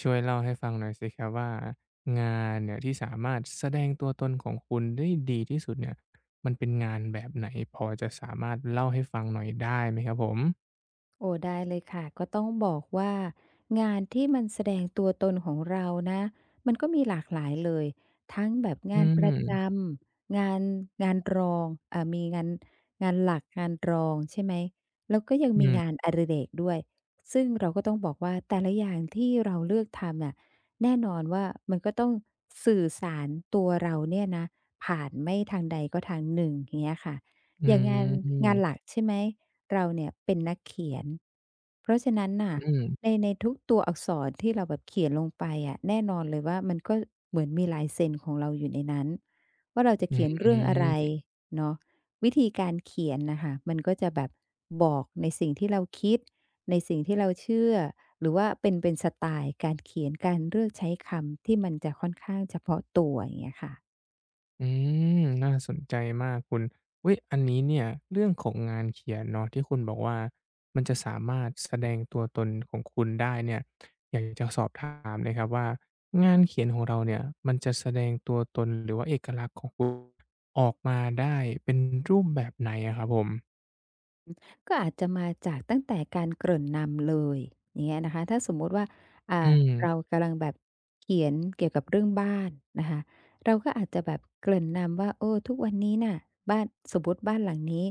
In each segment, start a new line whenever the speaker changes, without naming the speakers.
ช่วยเล่าให้ฟังหน่อยสิครับว่างานเนี่ยที่สามารถแสดงตัวตนของคุณได้ดีที่สุดเนี่ยมันเป็นงานแบบไหนพอจะสามารถเล่าให้ฟังหน่อยได้ไหมครับผม
โอ้ได้เลยค่ะก็ต้องบอกว่างานที่มันแสดงตัวตนของเรานะมันก็มีหลากหลายเลยทั้งแบบ
อื
งานประจ
ม
ำงานรองมีงานหลักงานรองใช่ไหมแล้วก็ยัง
อื
มี
ม
งานอดิเรกด้วยซึ่งเราก็ต้องบอกว่าแต่ละอย่างที่เราเลือกทำน่ะแน่นอนว่ามันก็ต้องสื่อสารตัวเราเนี่ยนะผ่านไม่ทางใดก็ทางหนึ่งอย่างเงี้ยค่ะ
อื
อย่าง
ม
งาน
อื
งานหลักใช่ไหม เราเนี่ยเป็นนักเขียน เพราะฉะนั้นน่ะ
ม
ในทุกตัวอักษรที่เราแบบเขียนลงไปอะแน่นอนเลยว่ามันก็เหมือนมีลายเซ็นของเราอยู่ในนั้นว่าเราจะ
อ
เขียนเรื่องอะไร
ืม
เนาะวิธีการเขียนน่ะค่ะมันก็จะแบบบอกในสิ่งที่เราคิดในสิ่งที่เราเชื่อหรือว่าเป็นสไตล์การเขียนการเลือกใช้คำที่มันจะค่อนข้างเฉพาะตัวอย่างเงี้ยค่ะ
อืมน่าสนใจมากคุณอว้ยอันนี้เนี่ยเรื่องของงานเขียนเนาะที่คุณบอกว่ามันจะสามารถแสดงตัวตนของคุณได้เนี่ยอยากจะสอบถามเลยครับว่างานเขียนของเราเนี่ยมันจะแสดงตัวตนหรือว่าเอกลักษณ์ของคุณออกมาได้เป็นรูปแบบไหนอะครับผม
ก็อาจจะมาจากตั้งแต่การเกริ่นนำเลยอย่างเงี้ยนะคะถ้าสมมุติว่าอ่า
อืม
เรากำลังแบบเขียนเกี่ยวกับเรื่องบ้านนะคะเราก็อาจจะแบบเกริ่นนำว่าเออทุกวันนี้น่ะบ้านสมมุติบ้านหลังนี้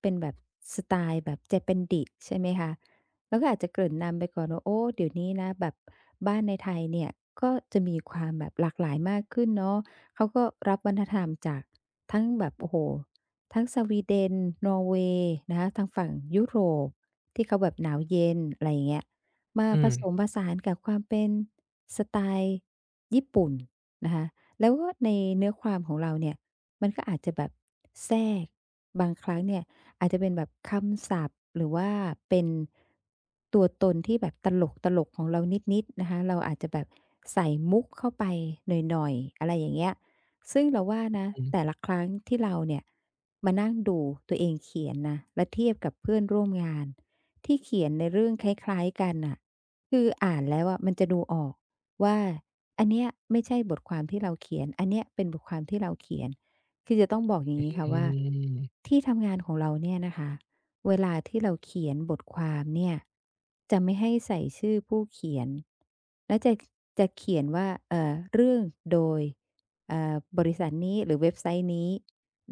เป็นแบบสไตล์แบบเจแปนดิใช่ไหมคะเราก็อาจจะเกริ่นนำไปก่อนว่าโอ้เดี๋ยวนี้นะแบบบ้านในไทยเนี่ยก็จะมีความแบบหลากหลายมากขึ้นเนาะเขาก็รับวัฒนธรรมจากทั้งแบบโอ้โฮ ทั้งสวีเดนนอร์เวย์นะคะทางฝั่งยุโรปที่เขาแบบหนาวเย็นอะไรอย่างเงี้ยมา
อื
ผ
ม
สมผสานกับความเป็นสไตล์ญี่ปุ่นนะคะแล้วก็ในเนื้อความของเราเนี่ยมันก็อาจจะแบบแทรกบางครั้งเนี่ยอาจจะเป็นแบบคำศัพท์หรือว่าเป็นตัวตนที่แบบตลกตลกของเรานิดๆนะคะเราอาจจะแบบใส่มุกเข้าไปหน่อยๆอะไรอย่างเงี้ย ซึ่งเราว่านะ
อื
แต่
ม
ละครั้งที่เราเนี่ยมานั่งดูตัวเองเขียนนะและเทียบกับเพื่อนร่วมงานที่เขียนในเรื่องคล้ายๆกันน่ะคืออ่านแล้วอะมันจะดูออกว่าอันเนี้ยไม่ใช่บทความที่เราเขียนอันเนี้ยเป็นบทความที่เราเขียนคือจะต้องบอกอย่า
อ
งงี้ค่ะ
ื
ว่า
ม
ที่ทำงานของเราเนี่ยนะคะเวลาที่เราเขียนบทความเนี่ยจะไม่ให้ใส่ชื่อผู้เขียนและจะเขียนว่าเรื่องโดย บริษัทนี้หรือเว็บไซต์นี้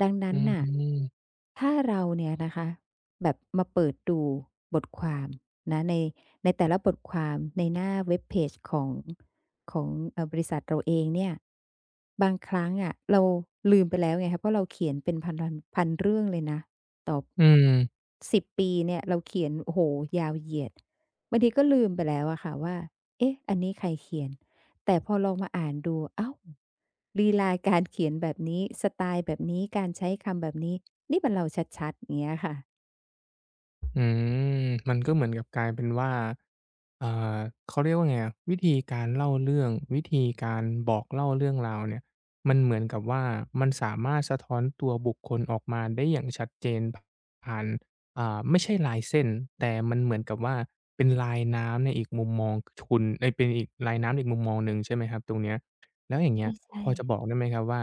ดัง
อื
นั้นน่ะ
ม
ถ้าเราเนี่ยนะคะแบบมาเปิดดูบทความนะในแต่ละบทความในหน้าเว็บเพจของของบริษัทเราเองเนี่ยบางครั้งอะเราลืมไปแล้วไงคะเพราะเราเขียนเป็นพันรันพันเรื่องเลยนะต่อ
อืม
10ปีเนี่ยเราเขียนโอ้โหยาวเหยียดบางทีก็ลืมไปแล้วอะค่ะว่าเอ๊ะอันนี้ใครเขียน แต่พอลองมาอ่านดูอ้าวลีลาการเขียนแบบนี้ สไตล์แบบนี้ การใช้คำแบบนี้ นี่มันเราชัดๆอย่างเงี้ยค่ะ
อืมมันก็เหมือนกับกลายเป็นว่าเอ่อเขาเรียกว่าไงอะวิธีการเล่าเรื่องวิธีการบอกเล่าเรื่องราวเนี่ยมันเหมือนกับว่ามันสามารถสะท้อนตัวบุคคลออกมาได้อย่างชัดเจนผ่านไม่ใช่ลายเส้นแต่มันเหมือนกับว่าเป็นลายน้ำในอีกมุมมองคุณเอ๊ยเป็นอีกลายน้ำอีกมุมมองหนึ่งใช่ไหมครับตรงเนี้ย แล้วอย่างเงี้ยพ
ใช่
อจะบอก
ๆ
ได้ไหมครับว่า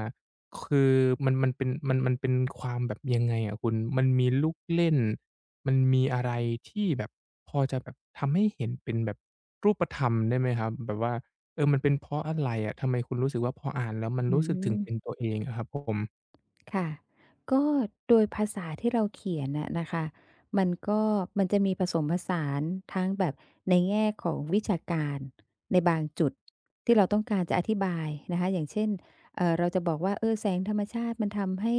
คือมันเป็นมันเป็นความแบบยังไงอะคุณมันมีลูกเล่นมันมีอะไรที่แบบพอจะแบบทำให้เห็นเป็นแบบรูปธรรมได้ไหมครับแบบว่าเออมันเป็นเพราะอะไรอะทำไมคุณรู้สึกว่าพออ่านแล้วมัน
อื
รู้สึกถึ
ม
งเป็นตัวเองอะครับผม
ค่ะก็โดยภาษาที่เราเขียนน่ะนะคะมันก็มันจะมีผสมผสานทั้งแบบในแง่ของวิชาการในบางจุดที่เราต้องการจะอธิบายนะคะอย่างเช่นเราจะบอกว่าเออแสงธรรมชาติมันทำให้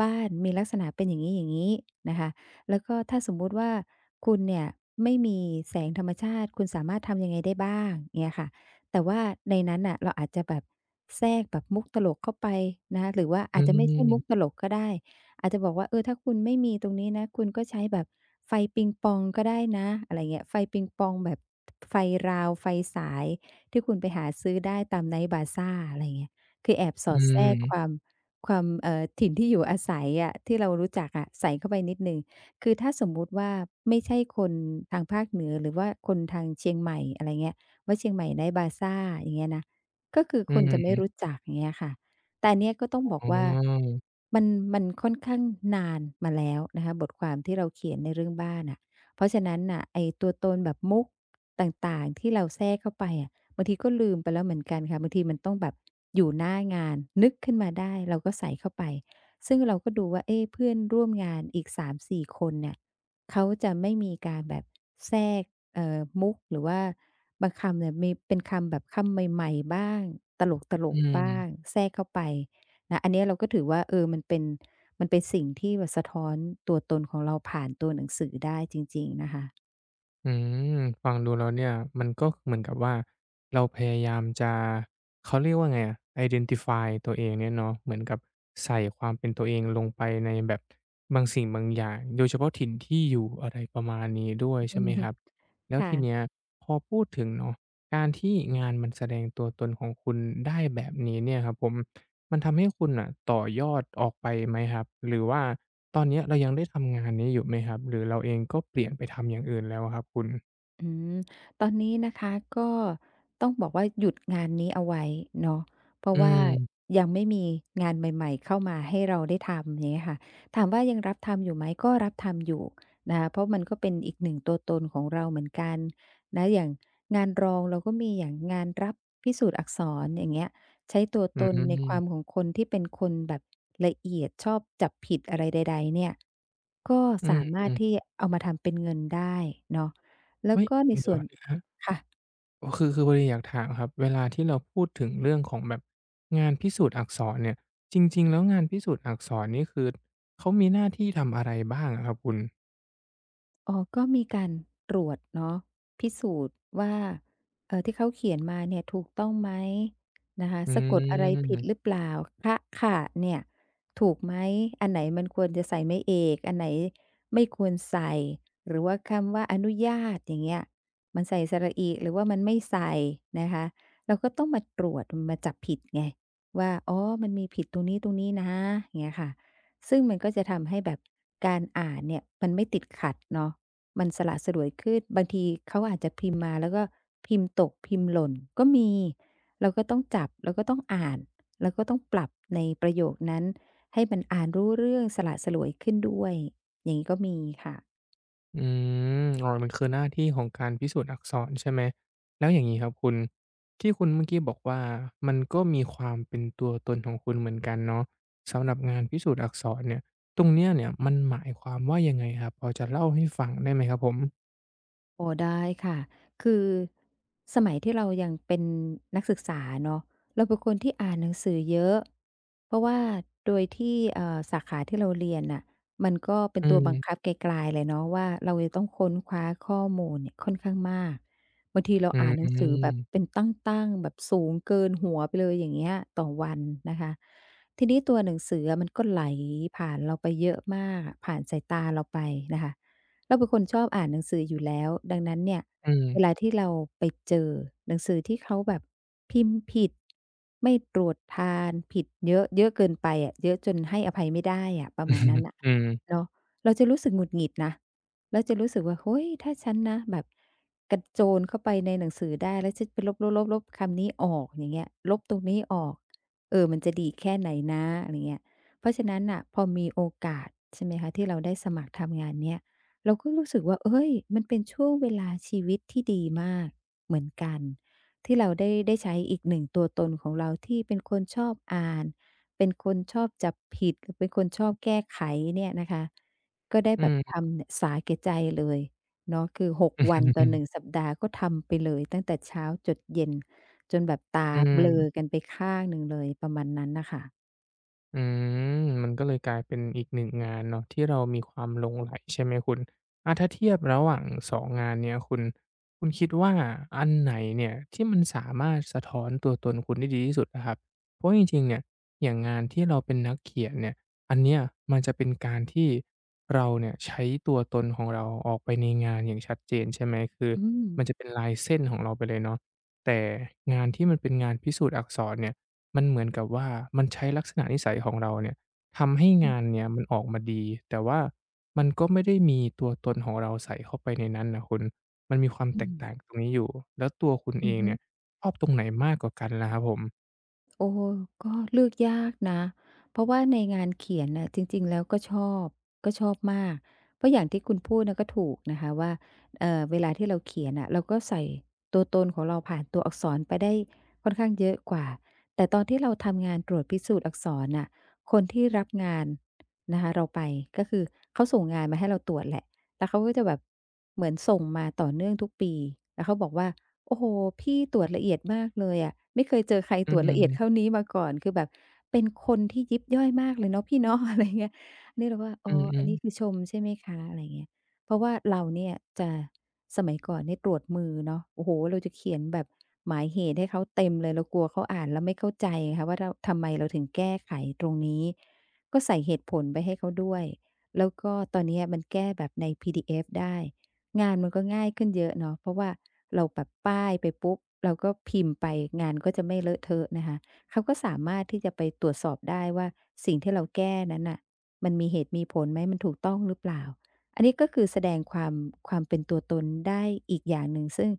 บ้านมีลักษณะเป็นอย่างงี้ๆนะคะแล้วก็ถ้าสมมุติว่าคุณเนี่ยไม่มีแสงธรรมชาติคุณสามารถทำยังไงได้บ้างเงี้ยค่ะ แต่ว่าในนั้นน่ะเราอาจจะแบบแทรกแบบมุกตลกเข้าไปนะคะหรือว่า
อื
อาจจะ
ม
ไม่ใช่มุกตลกก็ได้อาจจะบอกว่าเออถ้าคุณไม่มีตรงนี้นะคุณก็ใช้แบบไฟปิงปองก็ได้นะอะไรเงี้ยไฟปิงปองแบบไฟราวไฟสายที่คุณไปหาซื้อได้ตาม Night Bazaar อะไรเงี้ยคือแอบส
อื
อดแทรก
ม
ความถิ่นที่อยู่อาศัยอะที่เรารู้จักอะใส่เข้าไปนิดหนึ่งคือถ้าสมมุติว่าไม่ใช่คนทางภาคเหนือหรือว่าคนทางเชียงใหม่อะไรเงี้ย ว่าเชียงใหม่ไนต์บาซาร์อย่างเงี้ยนะก็คือ
อื
คนจะไม่
ม
รู้จักอย่างเงี้ยค่ะแต่อันเนี้ยก็ต้องบอก
อ๋
ว่า
อ
มันมันค่อนข้างนานมาแล้วนะคะบทความที่เราเขียนในเรื่องบ้านอะเพราะฉะนั้นน่ะไอ้ตัวตนแบบมุกต่างๆที่เราแทรกเข้าไปอะบางทีก็ลืมไปแล้วเหมือนกันค่ะบางทีมันต้องแบบอยู่หน้างานนึกขึ้นมาได้เราก็ใส่เข้าไปซึ่งเราก็ดูว่าเอ๊ะเพื่อนร่วมงานอีก3-4คนเนี่ยเขาจะไม่มีการแบบแทรกมุกหรือว่า บางคำเนี่ยมีเป็นคำแบบคำใหม่ๆบ้างตล
อื
กๆบ้าง
ม
แทรกเข้าไปนะอันเนี้ยเราก็ถือว่าเออมันเป็นสิ่งที่แบบสะท้อนตัวตนของเราผ่านตัวหนังสือได้จริงๆนะคะ
อืมฟังดูแล้วเนี่ยมันก็เหมือนกับว่าเราพยายามจะเขาเรียกว่าไงอะ identify ตัวเองเนี่ยเนาะเหมือนกับใส่ความเป็นตัวเองลงไปในแบบบางสิ่งบางอย่างโดยเฉพาะถิ่นที่อยู่อะไรประมาณนี้ด้วย
อื
ใช่ไหม
อ
ค
ฮึ
รับแล้ว
ค่ะ
ทีเนี้ยพอพูดถึงเนาะการที่งานมันแสดงตัวตนของคุณได้แบบนี้เนี่ยครับผม มันทำให้คุณน่ะต่อยอดออกไปไหมครับหรือว่าตอนเนี้ยเรายังได้ทำงานนี้อยู่ไหมครับหรือเราเองก็เปลี่ยนไปทำอย่างอื่นแล้วอะครับคุณ
อืมตอนนี้นะคะก็ต้องบอกว่าหยุดงานนี้เอาไว้เนาะเพราะ
อื
ว่า
ม
ยังไม่มีงานใหม่ๆเข้ามาให้เราได้ทำอย่างเงี้ยค่ะถามว่ายังรับทำอยู่ไหมก็รับทำอยู่นะคะเพราะมันก็เป็นอีกหนึ่งตัวตนของเราเหมือนกันนะอย่างงานรองเราก็มีอย่างงานรับพิสูจน์อักษรอย่างเงี้ยใช้ตัว
อื
ตนในค
ม
วามของคนที่เป็นคนแบบละเอียดชอบจับผิดอะไรใดๆเนี่ยก็
อื
สามารถ
ม
ที่
ๆ
เอามาทำเป็นเงินได้เนาะ แล้ว
เฮ้ย
ก็ใน
เดี๋ย
ส่
ว
วน
นะครับ
ค่ะ
อ๋อคือพอดีอยากถามครับเวลาที่เราพูดถึงเรื่องของแบบงานพิสูจน์อักษรเนี่ยจริงๆแล้วงานพิสูจน์อักษรนี่คือเขามีหน้าที่ทำอะไรบ้างอะครับคุณ
อ๋อก็มีการตรวจเนาะพิสูจน์ว่าที่เขาเขียนมาเนี่ยถูกต้องไหมนะคะ
อื
สะกดอะไรผิดหรื
ม
อเปล่าคะขะเนี่ยถูกไหมอันไหนมันควรจะใส่ไม้เอกอันไหนไม่ควรใส่หรือว่าคำว่าอนุญาตอย่างเงี้ยมันใส่สระอิหรือว่ามันไม่ใส่นะคะเราก็ต้องมาตรวจมาจับผิดไงว่าอ๋อมันมีผิดตรงนี้ๆนะอย่างเงี้ยค่ะซึ่งมันก็จะทำให้แบบการอ่านเนี่ยมันไม่ติดขัดเนาะ มันสละสลวยขึ้นบางทีเขาอาจจะพิมพ์มาแล้วก็พิมพ์ตกพิมพ์หล่นก็มีเราก็ต้องจับเราก็ต้องอ่านแล้วก็ต้องปรับในประโยคนั้นให้มันอ่านรู้เรื่องสละสลวยขึ้นด้วยอย่างงี้ก็มีค่ะ
อืมอ๋อมันคือหน้าที่ของการพิสูจน์อักษรใช่ไหมแล้วอย่างงี้ครับคุณที่คุณเมื่อกี้บอกว่ามันก็มีความเป็นตัวตนของคุณเหมือนกันเนาะสำหรับงานพิสูจน์อักษรเนี่ยตรงเนี้ยเนี่ยมันหมายความว่ายังไงครับพอจะเล่าให้ฟังได้ไหมครับผม
โอ้ได้ค่ะคือสมัยที่เรายังเป็นนักศึกษาเนาะเราเป็นคนที่อ่านหนังสือเยอะเพราะว่าโดยที่สาขาที่เราเรียนน่ะมันก็เป็น
อื
ตัวบังคั
ม
บไกลๆเลยเนาะว่าเราจะต้องค้นคว้าข้อมูลเนี่ยค่อนข้างมากบางทีเรา
อ
อ่านหนังสือแบบ
ืม
เป็นตั้งๆแบบสูงเกินหัวไปเลยอย่างเงี้ยต่อวันนะคะทีนี้ตัวหนังสืออะมันก็ไหลผ่านเราไปเยอะมากผ่านสายตาเราไปนะคะ เราเป็นคนชอบอ่านหนังสืออยู่แล้วดังนั้นเนี่ย
อื
เวลา
ม
ที่เราไปเจอหนังสือที่เขาแบบพิมพ์ผิดไม่ตรวจทานผิดเยอะเยอะเกินไปอะเยอะจนให้อภัยไม่ได้อะประมาณนั้นน่ะ
อืม
เนาะเราจะรู้สึกหงุดหงิดนะแล้วจะรู้สึกว่าโฮ้ยถ้าฉันนะแบบกระโจนเข้าไปในหนังสือได้แล้วฉันไปลบๆๆๆคำนี้ออกอย่างเงี้ยลบตรงนี้ออกเออมันจะดีแค่ไหนนะอะไรเงี้ยเพราะฉะนั้นน่ะพอมีโอกาสใช่ไหมคะที่เราได้สมัครทำงานเนี้ย เราก็รู้สึกว่าเอ้ยมันเป็นช่วงเวลาชีวิตที่ดีมากเหมือนกันที่เราได้ใช้อีกหนึ่งตัวตนของเราที่เป็นคนชอบอ่านเป็นคนชอบจับผิดเป็นคนชอบแก้ไขเนี่ยนะคะก็ได้
อื
แบบ
ม
ทำเนี่ยสาแก่ใจเลยเนาะคือ6
อื
วันต่อ1
ม
สัปดาห์ก็ทำไปเลยตั้งแต่เช้าจดเย็นจนแบบตา
อื
เบลอ
ม
กันไปข้างหนึ่งเลยประมาณนั้นน่ะค่ะ
อืมมันก็เลยกลายเป็นอีกหน่งงานเนาะที่เรามีความหลงใหลใช่ไหมคุณอะถ้าเทียบระหว่างสองงานเนี้ยคุณคุณคิดว่าอันไหนเนี่ยที่มันสามารถสะท้อนตัวตนคุณได้ดีที่สุดอะครับเพราะจริงๆเนี่ยอย่างงานที่เราเป็นนักเขียนเนี่ยอันเนี้ยมันจะเป็นการที่เราเนี่ยใช้ตัวตนของเราออกไปในงานอย่างชัดเจนใช่ไหมคือ
อืม
มันจะเป็นลายเส้นของเราไปเลยเนาะแต่งานที่มันเป็นงานพิสูจน์อักษรเนี่ย มันเหมือนกับว่ามันใช้ลักษณะนิสัยของเราเนี่ยทำให้
อื
งาน
อ
เนี่ยมันออกมาดีแต่ว่ามันก็ไม่ได้มีตัวตนของเราใส่เข้าไปในนั้นน่ะคุณมันมีความ
อื
แตก
ม
ต่างตรงนี้อยู่แล้วตัวคุณ
อื
เอ
อ
ง
ฮึ
เนี่ยชอบตรงไหนมากกว่ากันล่ะครับผม
โอ้ก็เลือกยากนะเพราะว่าในงานเขียนน่ะจริงๆแล้วก็ชอบมากเพราะอย่างที่คุณพูดน่ะก็ถูกนะคะว่าเวลาที่เราเขียนน่ะเราก็ใส่ตัวตนของเราผ่านตัวอักษรไปได้ค่อนข้างเยอะกว่าแต่ตอนที่เราทำงานตรวจพิสูจน์อักษรน่ะคนที่รับงานนะคะเราไปก็คือเขาส่งงานมาให้เราตรวจแหละแล้วเขาก็จะแบบเหมือนส่งมาต่อเนื่องทุกปีแล้วเขาบอกว่า โอ้โฮพี่ตรวจละเอียดมากเลยอะไม่เคยเจอใคร
อื
ตรวจละเอียดเท่า
ม
นี้มาก่อนคือแบบเป็นคนที่ยิบย่อยมากเลยเนาะพี่เนาะ อะไรเงี้ยอันนี้เราว่าอ๋
อื
ออัน
อ
นี้คือ
ๆ
ชมใช่ไหมคะอะไรเงี้ยเพราะว่าเราเนี่ยจะสมัยก่อนเนี่ยตรวจมือเนาะโอ้โฮเราจะเขียนแบบหมายเหตุให้เขาเต็มเลยเรากลัวเขาอ่านแล้วไม่เข้าใจไงคะว่าเราทำไมเราถึงแก้ไขตรงนี้ก็ใส่เหตุผลไปให้เขาด้วยแล้วก็ตอนเนี้ยมันแก้แบบใน PDF ได้ งานมันก็ง่ายขึ้นเยอะเนาะเพราะว่าเราแบบป้ายไปปุ๊บเราก็พิมพ์ไปงานก็จะไม่เลอะเทอะนะคะเขาก็สามารถที่จะไปตรวจสอบได้ว่าสิ่งที่เราแก้นั้นน่ะมันมีเหตุมีผลไหมมันถูกต้องหรือเปล่าอันนี้ก็คือแสดงความความเป็นตัวตนได้อีกอย่างหนึ่งซึ่ง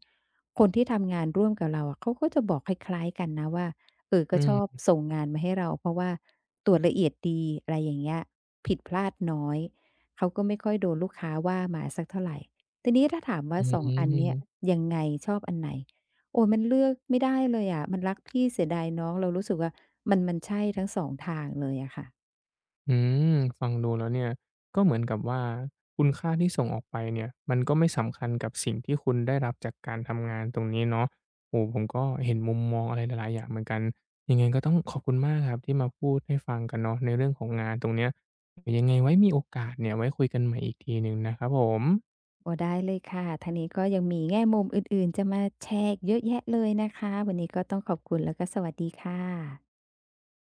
คนที่ทำงานร่วมกับเราอะเขาก็จะบอกคล้ายๆกันนะว่าเออ
อื
ก็ชอบ
ม
ส่งงานมาให้เราเพราะว่าตรวจละเอียดดีอะไรอย่างเงี้ยผิดพลาดน้อยเขาก็ไม่ค่อยโดนลูกค้าว่ามาสักเท่าไร ทีนี้ถ้าถามว่า
อื
2องอันเนี้ย
ม
ยังไงชอบอันไหนโอ๊ยมันเลือกไม่ได้เลยอะมันรักพี่เสียดายน้องเรารู้สึกว่ามันใช่ทั้ง2ทางเลยอะค่ะ
อืมฟังดูแล้วเนี่ยก็เหมือนกับว่าคุณค่าที่ส่งออกไปเนี่ยมันก็ไม่สำคัญกับสิ่งที่คุณได้รับจากการทำงานตรงนี้เนาะโอ้โฮผมก็เห็นมุมมองอะไรหลายๆอย่างเหมือนกันยังไงก็ต้องขอบคุณมากครับที่มาพูดให้ฟังกันเนาะในเรื่องของงานตรงเนี้ยเดี๋ยวยังไงไว้มีโอกาสเนี่ยไว้คุยกันใหม่อีกทีหนึ่งนะครับผม
โอ้ได้เลยค่ะทางนี้ก็ยังมีแง่มุมอื่นๆจะมาแชร์อีกเยอะแยะเลยนะคะวันนี้ก็ต้องขอบคุณแล้วก็สวัสดีค่ะ